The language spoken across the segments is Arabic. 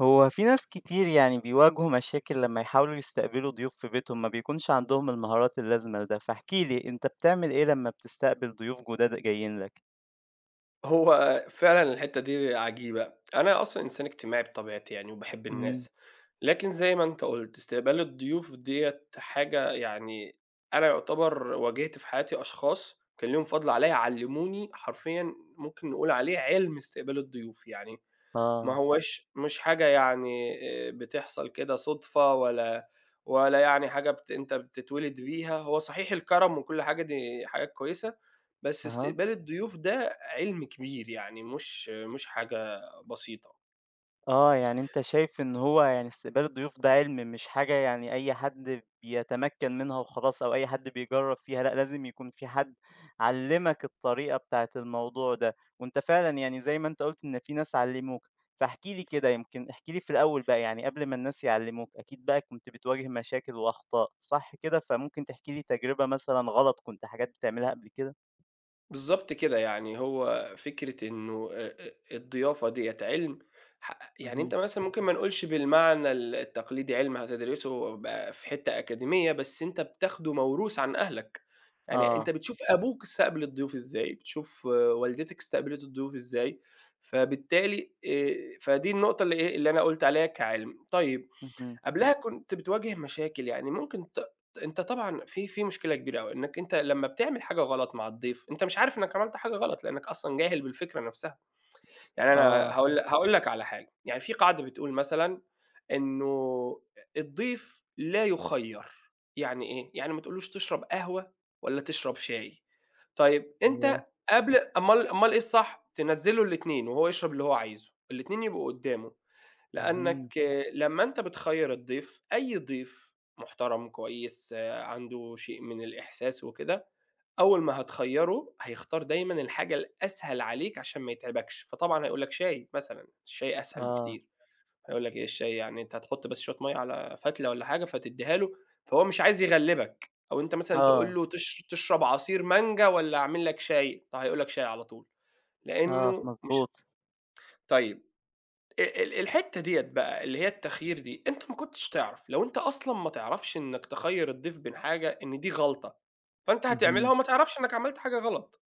هو في ناس كتير يعني بيواجهوا مشاكل لما يحاولوا يستقبلوا ضيوف في بيتهم ما بيكونش عندهم المهارات اللازمة لده فاحكي لي انت بتعمل ايه لما بتستقبل ضيوف جداد جايين لك؟ هو فعلًا الحتّة دي عجيبة. أنا أصلًا إنسان اجتماعي بطبيعتي يعني وباحب امم الناس، لكن زي ما أنت قُلت استقبال الضيوف ديّة حاجة يعني أنا يعتبر واجهت في حياتي أشخاص كان ليهم فضل عليَّ علّموني حرفيًا ممكن نقول عليه علم استقبال الضيوف، يعني ما اه هواش مش حاجة يعني بتحصل كده صُدفة ولا يعني حاجة أنت بتتولد بيها، هو صحيح الكرم وكل حاجة دي حاجات كويسة، بس اها استقبال الضيوف ده عِلم كبير يعني مش حاجة بسيطة. آه، يعني أنت شايف إن هو يعني استقبال الضيوف ده عِلْم مش حاجة يعني أي حد بيتمكّن منها وخلاص أو أي حد بيجرّب فيها، لأ لازم يكون في حد علِّمك الطريقة بتاعة الموضوع ده، وأنت فعلًا يعني زي ما أنت قُلت إن في ناس علّموك، فاحكِ لي كده يمكن احكِ لي في الأول بقى يعني قبل ما الناس يعلّموك أكيد بقى كنت بتواجه مشاكل وأخطاء صح كده؟ فممكن تحكي لي تجربة مثلًا غلط كنت حاجات بتعملها قبل كده؟ بالضبط كده، يعني هو فكرة إنه الضيافة ديّة علم يعني أنت اهم، مثلًا ممكن ما نقولش بالمعنى التقليدي علم هتدرسه بقى في حتة أكاديمية، بس أنت بتاخده موروث عن أهلك، يعني أنت آه، بتشوف أبوك استقبل الضيوف إزاي، بتشوف آه، والدتك استقبلت الضيوف إزاي، فبالتالي فدي النقطة اللي إيه، اللي أنا قُلت عليها كعلم. طيب اهم، قبلها كنت بتواجه مشاكل، يعني ممكن أنت طبعًا في مشكلة كبيرة أوي، إنك أنت لمّا بتعمل حاجة غلط مع الضيف، أنت مش عارف إنك عملت حاجة غلط، لإنك أصلًا جاهل بالفكرة نفسها. يعني أنا آه، هاقول لك على حاجة، يعني في قاعدة بتقول مثلًا إنه الضيف لا يُخيّر، يعني إيه؟ يعني ما تقولوش تشرب قهوة والّا تشرب شاي. طيب ياه! أنت قبل أمّال إيه الصح؟ تنزّل له الاتنين وهو يشرب اللي هو عايزه، الاتنين يبقوا قدّامه. اهم، لأنك لمّا أنت بتخيّر الضيف، أي ضيف محترم كويس آه، عنده شيء من الإحساس وكده، أول ما هتخيّره هيختار دايمًا الحاجة الأسهل عليك عشان ما يتعبكش، فطبعًا هيقول لك شاي مثلًا، الشاي أسهل آه، بكتير، هيقول لك إيه الشاي يعني أنت هتحط بس شوية مَيّة على فتلة والّا حاجة فتدّيها له، فهو مش عايز يغلّبك، أو أنت مثلًا تقول آه. له تشرب عصير مانجا والّا أعمل لك شاي؟ طَب هيقول لك شاي على طول، آه، لإنه مش مضبوط. طيب الحتّة ديّة بقى اللي هي التخيير دي، أنت ما كنتش تعرف، لو أنت أصلًا ما تعرفش إنّك تخيّر الضيف بين حاجة إن دي غلطة، فأنت هتعملها اهم. وما تعرفش إنّك عملت حاجة غلط.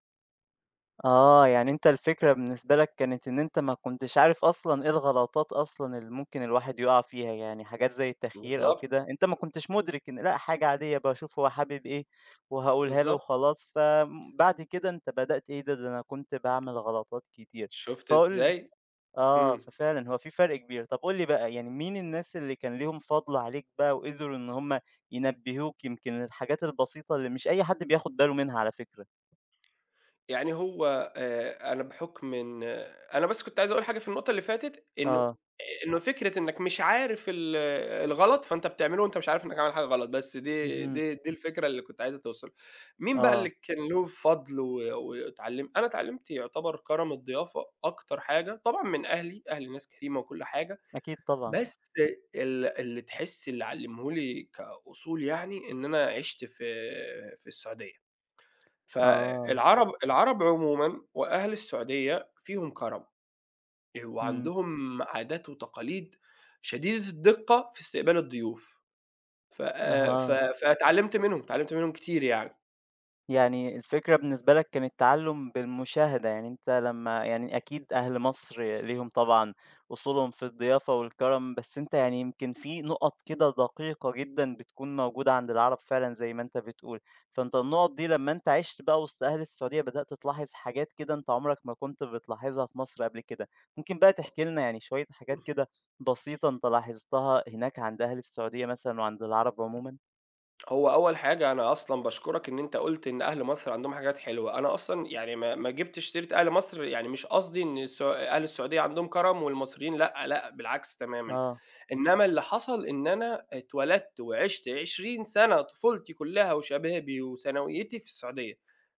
آه، يعني أنت الفكرة بالنسبة لك كانت إن أنت ما كنتش عارف أصلًا إيه الغلطات أصلًا اللي ممكن الواحد يُقع فيها، يعني حاجات زي التخيير أو بالضبط، كده، أنت ما كنتش مُدرك إن لأ، حاجة عادية باشوف هو حابب إيه وهاقولها له بالضبط. وخلاص، فبعد كده أنت بدأت إيه ده أنا كنت باعمل غلطات كتير. شُفت فقُل إزاي؟ آه، إمم. ففعلًا هو في فرق كبير. طب قُل لي بقى يعني مين الناس اللي كان ليهم فضل عليك بقى وقدروا إن هم ينبهوك يمكن للحاجات البسيطة اللي مش أي حد بياخد باله منها على فكرة؟ يعني هو أنا بحُكم إن آه، أنا بس كنت عايز أقول حاجة في النقطة اللي فاتت، إنه آه، إنه فكرة إنّك مش عارف الغلط، فأنت بتعمله وأنت مش عارف إنّك عامل حاجة غلط، بس دي اهم، دي دي الفكرة اللي كنت عايز توصل مين بقى اللي آه، كان له فضل و واتعلم أنا اتعلّمت يعتبر كَرَم الضيافة أكتر حاجة، طبعًا من أهلي، أهلي ناس كريمة وكل حاجة، أكيد طبعًا، بس اللي تحس اللي علّمه لي كأصول يعني، إن أنا عِشت في السعودية. آه، العرب عمومًا وأهل السعودية فيهم كرم، إمم، وعندهم عادات وتقاليد شديدة الدقة في استقبال الضيوف، آه، أها. فاتعلمت منهم، اتعلمت منهم كتير يعني. يعني الفكرة بالنسبة لك كان التعلُّم بالمشاهدة، يعني أنت لمّا يعني أكيد أهل مصر ليهم طبعًا أصولهم في الضيافة والكرم، بس أنت يعني يمكن في نُقَط كده دقيقة جدًا بتكون موجودة عند العرب فعلًا زي ما أنت بتقول، فأنت النُقَط دي لمّا أنت عِشت بقى وسط أهل السعودية بدأت تلاحظ حاجات كده أنت عمرك ما كنت بتلاحظها في مصر قبل كده، ممكن بقى تحكي لنا يعني شوية حاجات كده بسيطة أنت لاحظتها هناك عند أهل السعودية مثلًا وعند العرب عمومًا؟ هو أول حاجة أنا أصلًا باشكرك إن أنت قُلت إن أهل مصر عندهم حاجات حلوة، أنا أصلًا يعني ما جِبتش سيرة أهل مصر يعني مش قصدي إن أهل السعودية عندهم كرم والمصريين لأ، لأ بالعكس تمامًا، آه، إنما اللي حصل إن أنا اتولدت وعِشت 20 سَنة طفولتي كلّها وشبابي وثانويتي في السعودية،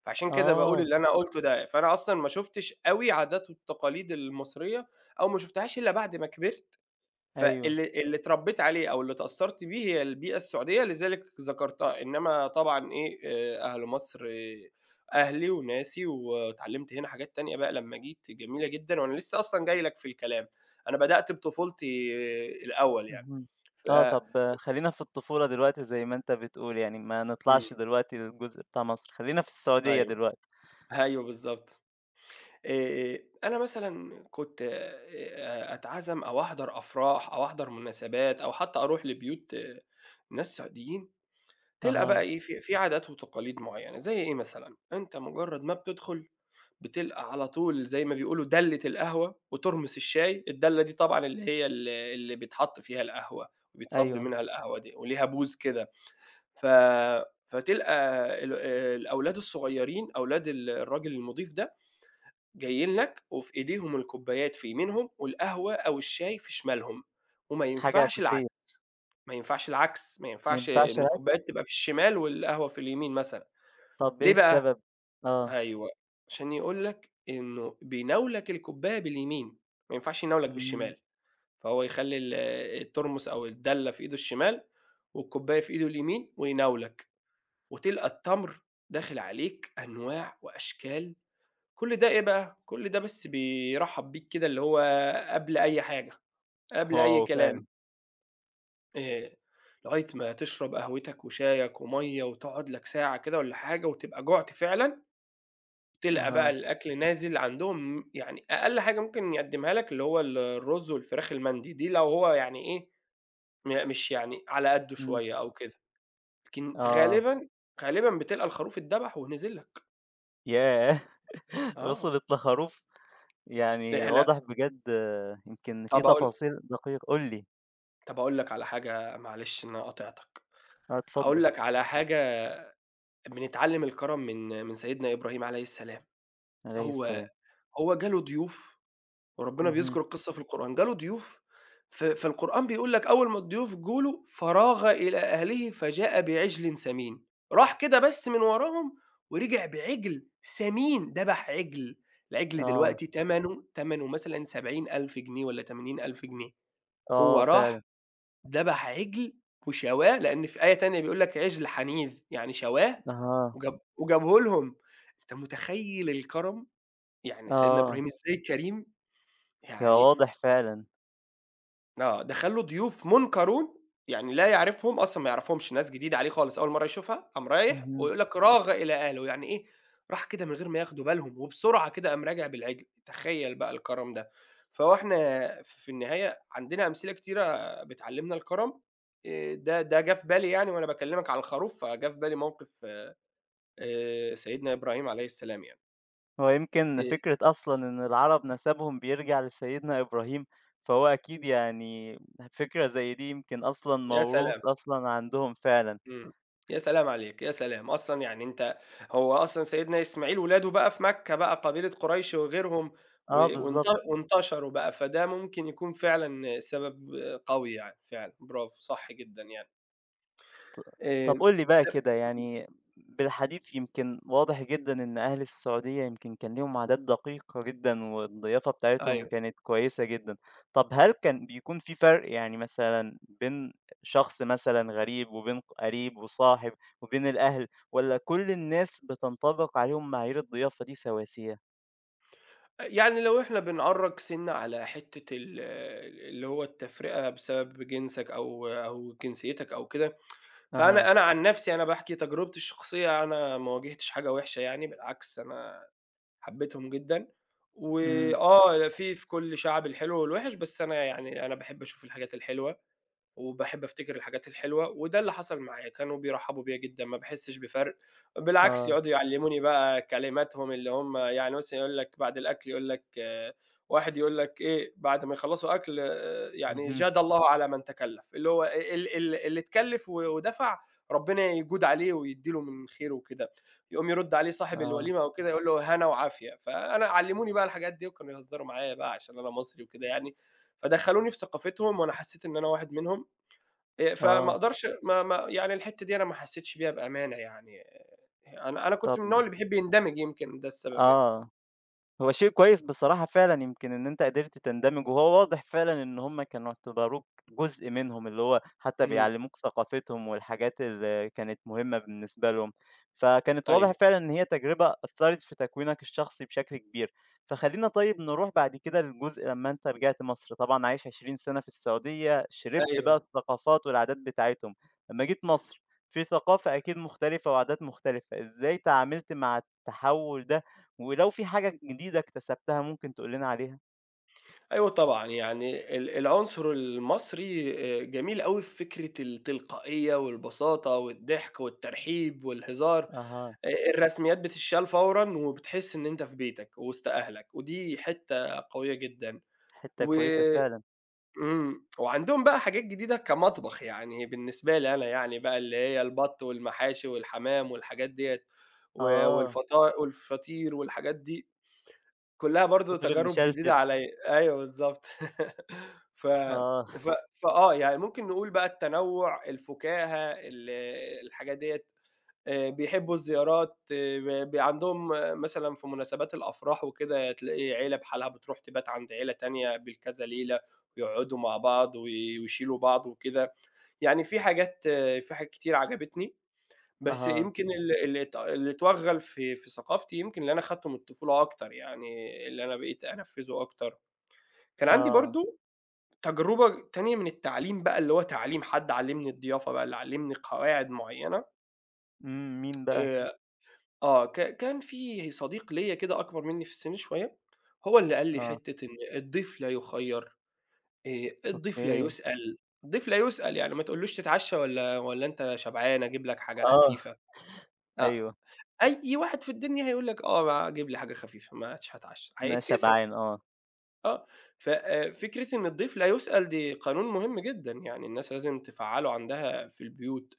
فعشان كده باقول آه، اللي أنا قُلته ده، فأنا أصلًا ما شُفتش أوي عادات والتقاليد المصرية أو ما شُفتهاش إلا بعد ما كبرت. أيوه. فاللي اتربيت عليه أو اللي اتأثّرت بيه هي البيئة السعودية، لذلك ذكرتها، إنّما طبعًا إيه، أهل مصر آه، أهلي وناسي واتعلّمت هنا حاجات تانية بقى لمّا جيت جميلة جدًا وأنا لسّه أصلًا جاي لك في الكلام، أنا بدأت بطفولتي آه، الأول يعني، اهم. ف آه، طب خلّينا في الطفولة دلوقتي زي ما أنت بتقول، يعني ما إمم، نطلعش دلوقتي للجزء بتاع مصر، خلّينا في السعودية أيوه، دلوقتي. أيوه بالضبط. آآ أنا مثلًا كنت أتعزم أو أحضر أفراح أو أحضر مناسبات أو حتى أروح لبيوت آه، ناس سعوديين، تلقى بقى أها، إيه، في عادات وتقاليد معيّنة، زي إيه مثلًا، أنت مجرّد ما بتدخل بتلقى على طول زي ما بيقولوا دَلّة القهوة وتُرمس الشاي، الدَلّة دي طبعًا اللي هي اللي بيتحط فيها القهوة وبيتصَب أيوه، منها القهوة دي وليها بوز كده، ف فتلقى الأولاد الصغيّرين، أولاد الراجل المُضيف ده، جايين لك وفي إيديهم الكوبايات في يمينهم والقهوة أو الشاي في شمالهم، وما حاجة ينفعش أساسية، العكس، ما ينفعش العكس، ما ما ينفعش ينفعش إن الأكل؟ الكوبايات تبقى في الشمال والقهوة في اليمين مثلًا. طب إيه ليه بقى؟ السبب؟ آه، أيوه، عشان يقول لك إنه بيناولك الكوباية باليمين، ما ينفعش يناولك إمم. بالشمال، فهو يخلّي الترمس أو الدَّلة في إيده الشمال، والكوباية في إيده اليمين ويناولك، وتلقى التمر داخل عليك أنواع وأشكال، كل ده إيه بقى، كل ده بس بيرحّب بيك كده اللي هو قبل أي حاجة، قبل أي واو! كلام، فعلًا. آآ، لغاية ما تشرب قهوتك وشايك ومَيّة وتقعد لك ساعة كده والّا حاجة وتبقى جُعت فعلًا تلقى بقى أها، الأكل نازل عندهم يعني أقل حاجة ممكن يقدّمها لك اللي هو الرز والفراخ المندي، دي لو هو يعني إيه، مش يعني على قدّه إمم، شوية أو كده، لكن آه، غالبًا، غالبًا بتلقى الخروف اتذبح ونزل لك، ياه! آه، وصلت لخروف! يعني إحنا واضح بجد آه، يمكن في طَب أقول تفاصيل دقيقة قُل لي. طَب أقول لك على حاجة معلش إن أنا قاطعتك، آه، اتفضل. هاقول لك على حاجة بنتعلّم الكرم من سيدنا إبراهيم عليه السلام، عليه هو السلام. هو جه له ضيوف وربنا اهم، بيذكر القصة في القرآن، جاله ضيوف فالقرآن بيقول لك أول ما الضيوف جُه له "فراغ إلى أهله فجاء بعجل سمين." راح كده بس من وراهم ورجع بعجل سمين، ذبح عجل، العجل آه، دلوقتي تمنه مثلًا 70,000 جنيه والّا 80,000 جنيه، هو آه، فعلًا. راح ذبح عجل وشواه، لأن في آية تانية بيقول لك "عجل حنيذ" يعني شواه أها، وجابه لهم، أنت متخيل الكرم؟ يعني سيدنا آه، إبراهيم إزاي كريم، يا يعني واضح فعلًا. آه، دخل له ضيوف منكرون، يعني لا يعرفهم، أصلًا ما يعرفهمش، ناس جديدة عليه خالص أول مرّة يشوفها، قام رايح اهم. ويقول لك راغ إلى أهله، يعني إيه، راح كده من غير ما ياخدوا بالهم وبسرعة كده قام راجع بالعجل، تخيّل بقى الكرم ده. فهو إحنا في النهاية عندنا أمثلة كتيرة بتعلّمنا الكرم، ده جه في بالي يعني وأنا باكلّمك على الخروف، فجه في بالي موقف سيدنا إبراهيم عليه السلام يعني. هو يمكن آآ فكرة أصلًا إن العرب نسبهم بيرجع لسيدنا إبراهيم، فهو أكيد يعني فكرة زي دي يمكن أصلًا يا موروث سلام! أصلًا عندهم فعلًا. إمم. يا سلام عليك، يا سلام! أصلًا يعني أنت هو أصلًا سيدنا إسماعيل ولاده بقى في مكة بقى قبيلة قريش وغيرهم آه وانت بالضبط. وانتشروا بقى، فده ممكن يكون فعلًا سبب قوي يعني فعلًا، برافو، صح جدًا يعني. آآ طب قُل لي بقى كده يعني بالحديث يمكن واضح جدًا إن أهل السعودية يمكن كان ليهم عادات دقيقة جدًا، والضيافة بتاعتهم أيوه. كانت كويسة جدًا. طب هل كان بيكون في فرق يعني مثلًا بين شخص مثلًا غريب، وبين قريب وصاحب، وبين الأهل، والّا كل الناس بتنطبق عليهم معايير الضيافة دي سواسية؟ يعني لو إحنا بنعرّج سِنّة على حتّة اللي هو التفرقة بسبب جنسك أو جنسيتك أو كده، أها، فأنا أنا عن نَفْسي أنا باحكي تجربتي الشخصية، أنا ما واجهتش حاجة وِحشة يعني بالعكس أنا حبيتهم جدًا، إمم، وآه في كل شعب الحلو والوِحِش، بس أنا يعني أنا باحب أشوف الحاجات الحلوة. وباحب أفتكر الحاجات الحلوة، وده اللي حصل معايا، كانوا بيرحّبوا بيّا جدًا، ما باحسّش بفرْق، بالعكس آه، يقعدوا يعلّموني بقى كلماتهم اللي هم يعني مثلًا يقول لك بعد الأكل يقول لك آه، واحد يقول لك إيه، بعد ما يخلّصوا أكل آه، يعني اهم، جَاد الله على من تكلّف، اللي هو ال ال اللي اتكلّف ودفع ربنا يجود عليه ويدّي له من خيره وكده، يقوم يرُد عليه صاحب آه، الوليمة أو كده يقول له هنا وعافية، فأنا علّموني بقى الحاجات دي وكانوا يهزّروا معايا بقى عشان أنا مصري وكده يعني، فدخّلوني في ثقافتهم وأنا حسّيت إن أنا واحد منهم. فما آه، أقدرش ما ما يعني الحتّة دي أنا ما حسّيتش بيها بأمانة يعني آه، أنا كنت طب من النوع اللي بيحب يندمج يمكن ده السبب يعني. آه. هو شيء كويس بصراحة فعلًا يمكن إن أنت قدرت تندمج، وهو واضح فعلًا إن هم كانوا اعتبروك جزء منهم، اللي هو حتى إمم، بيعلموك ثقافتهم والحاجات اللي كانت مهمة بالنسبة لهم، فكانت واضح أيوه، فعلًا إن هي تجربة أثّرت في تكوينك الشخصي بشكل كبير. فخلّينا طيب نروح بعد كده للجزء لمّا أنت رجعت مصر، طبعًا عايش 20 سنة في السعودية، شربت بقى أيوه، الثقافات والعادات بتاعتهم. لمّا جيت مصر، في ثقافة أكيد مختلفة وعادات مختلفة، إزاي تعاملت مع التحوّل ده ولو في حاجة جديدة اكتسبتها ممكن تقول لنا عليها؟ أيوه طبعًا، يعني العنصر المصري جميل أوي في فكرة التلقائية والبساطة والضحك والترحيب والهزار، أها، الرسميات بتتشال فورًا وبتحس إن أنت في بيتك وسط أهلك، ودي حتّة قوية جدًا حتّة و كويسة فعلًا. إمم، وعندهم بقى حاجات جديدة كمطبخ، يعني بالنسبة لي أنا يعني بقى اللي هي البَط والمحاشي والحمام والحاجات ديّة، آه، والفطا والفطير والحاجات دي، كلّها برضه الفطير تجارب جديدة المشلتت. عليّا، أيوه بالضبط. ف آه، ف فآه، يعني ممكن نقول بقى التنوُّع، الفُكاهة، الحاجات ديّة بيحبّوا الزيارات ب ب عندهم آه، مثلًا في مناسبات الأفراح وكده تلاقي عيلة بحالها بتروح تبات عند عيلة تانية بالكذا ليلة، ويقعدوا مع بعض ويشيلوا بعض وكده، يعني في حاجات آه، في حاجات كتير عجبتني، بس أها، يمكن ال اللي ات اللي اتوغّل في ثقافتي يمكن اللي أنا خدته من الطفولة أكتر، يعني اللي أنا بقيت أنفّذه أكتر. كان عندي آه. برضه تجربة تانية من التعليم بقى اللي هو تعليم حد علّمني الضيافة بقى، اللي علّمني قواعد معيّنة إمم، مين بقى؟ آآ آه، كان في صديق ليّا كده أكبر منّي في السِن شوية، هو اللي قال لي آه، حتّة إن الضيف لا يُخيّر، الضيف لا أوكي. يُسأل، الضيف لا يُسأل، يعني ما تقولوش تتعشّى والّا أنت شبعان أجيب لك حاجة آه، خفيفة، آه، أيوه، أي واحد في الدنيا هيقول لك آه، ما جيب لي حاجة خفيفة، ما عادش هاتعشّى، أنا هيتكسف، شبعان آه. آه، ف فكرة إن الضيف لا يُسأل دي قانون مهم جدًا، يعني الناس لازم تفعّله عندها في البيوت،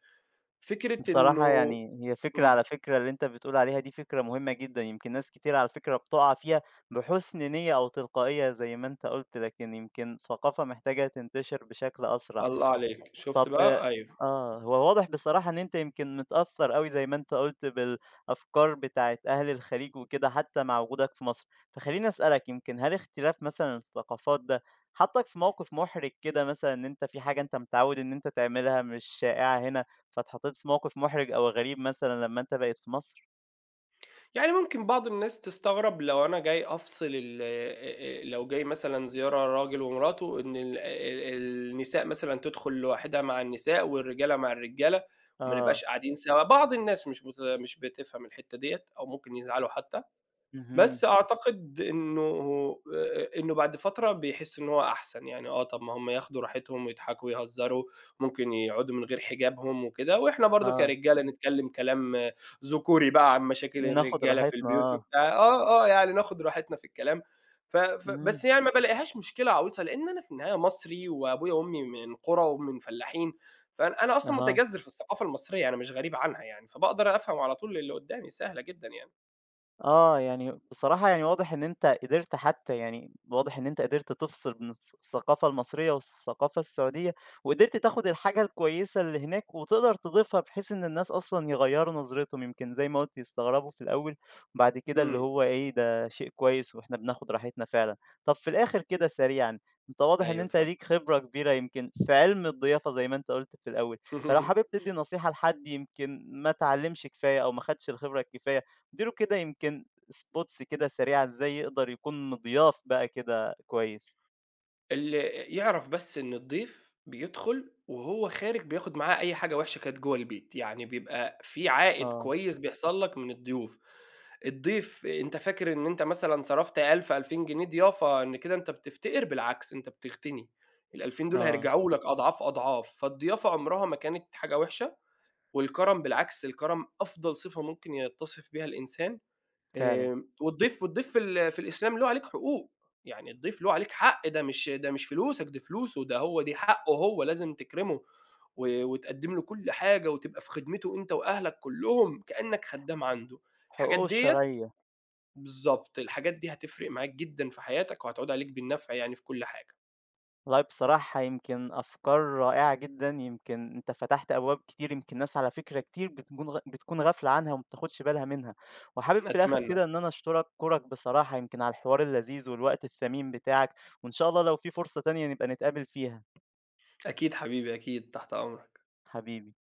فكرة بصراحة إنه يعني هي فكرة إمم، على فكرة اللي أنت بتقول عليها دي فكرة مهمة جدًا، يمكن ناس كتير على فكرة بتُقع فيها بحُسن نيّة أو تلقائية زي ما أنت قُلت، لكن يمكن ثقافة محتاجة تنتشر بشكل أسرع. الله عليك، شُفت طب بقى؟ أيوه. آه، هو واضح بصراحة إن أنت يمكن متأثّر أوي زي ما أنت قُلت بالأفكار بتاعة أهل الخليج وكده حتى مع وجودك في مصر، فخلّيني أسألك يمكن هل اختلاف مثلًا الثقافات ده حطّك في موقف مُحرِج كده مثلًا إن أنت في حاجة أنت متعوّد إن أنت تعملها مش شائعة هنا، فاتحطّيت في موقف مُحرِج أو غريب مثلًا لمّا أنت بقيت في مصر؟ يعني ممكن بعض الناس تستغرب لو أنا جاي أفصل ال لو جاي مثلًا زيارة راجل ومراته إن ال ال النساء مثلًا تدخل لوحدها مع النساء والرجالة مع الرجالة، ما نبقاش آه، قاعدين سوا، بعض الناس مش بتفهم الحتّة ديّة أو ممكن يزعلوا حتى. اهم، بس أعتقد إنه بعد فترة بيحس إن هو أحسن، يعني آه، طب ما هم ياخدوا راحتهم ويضحكوا ويهزروا، ممكن يقعدوا من غير حجابهم وكده، وإحنا برضه آه، كرجالة نتكلم كلام ذكوري بقى عن مشاكل وناخُد الرجالة في راحتنا البيوت آه، وبتاع آه، آه، يعني ناخد راحتنا في الكلام، ف ف إمم، بس يعني ما بالاقيهاش مشكلة عويصة، لإن أنا في النهاية مصري وأبويا وأمي من قرى ومن فلاحين، فأنا أصلًا أها. متجذر في الثقافة المصرية، أنا مش غريب عنها يعني، فباقدر أفهم على طول اللي قدامي، سهلة جدًا يعني. آه، يعني بصراحة يعني واضح إن أنت قدرت حتى يعني واضح إن أنت قدرت تفصل بين الثقافة المصرية والثقافة السعودية، وقدرت تاخد الحاجة الكويسة اللي هناك وتقدر تضيفها بحيث إن الناس أصلًا يغيّروا نظرتهم، يمكن زي ما قُلت يستغربوا في الأول، وبعد كده إمم، اللي هو إيه ده شيء كويس وإحنا بناخد راحتنا فعلًا. طب في الآخر كده سريعًا، أنت واضح إن أيوه أنت اتفضل. ليك خبرة كبيرة يمكن في علم الضيافة زي ما أنت قُلت في الأول، فلو حابب تدّي نصيحة لحد يمكن ما اتعلمش كفاية أو ما خدش الخبرة الكفاية ادّي له كده يمكن spots كده سريعة إزاي يقدر يكون مضياف بقى كده كويس. اللي يعرف بس إن الضيف بيدخل وهو خارج بياخد معاه أي حاجة وحشة كانت جوه البيت، يعني بيبقى في عائد آه، كويس بيحصل لك من الضيوف، الضيف أنت فاكر إن أنت مثلًا صرفت 1000، 2000 جنيه ضيافة إن كده أنت بتفتقر، بالعكس أنت بتغتني، ال2000 دول آه، هيرجعوا لك أضعاف، أضعاف، فالضيافة عمرها ما كانت حاجة وحشة، والكرم بالعكس الكرم أفضل صفة ممكن يتصف بيها الإنسان. فعلًا. آمم، والضيف في الإسلام له عليك حقوق، يعني الضيف له عليك حق، ده مش فلوسك، دي فلوسه، ده هو دي حقه هو، لازم تكرمه وتقدّم له كل حاجة وتبقى في خدمته أنت وأهلك كلّهم كأنك خدّام عنده، الحاجات حقوقه ديّة الشرعية، بالضبط، الحاجات دي هتفرق معاك جدًا في حياتك وهتعود عليك بالنفع يعني في كل حاجة، والله بصراحة يمكن أفكار رائعة جدًا، يمكن أنت فتحت أبواب كتير، يمكن ناس على فكرة كتير بتكون بتكون غافلة عنها وما بتاخدش بالها منها. وحابب في الآخر أتمنى. كده إن أنا أشكرك بصراحة يمكن على الحوار اللذيذ والوقت الثمين بتاعك، وإن شاء الله لو في فرصة تانية نبقى نتقابل فيها، أكيد حبيبي، أكيد، تحت أمرك. حبيبي.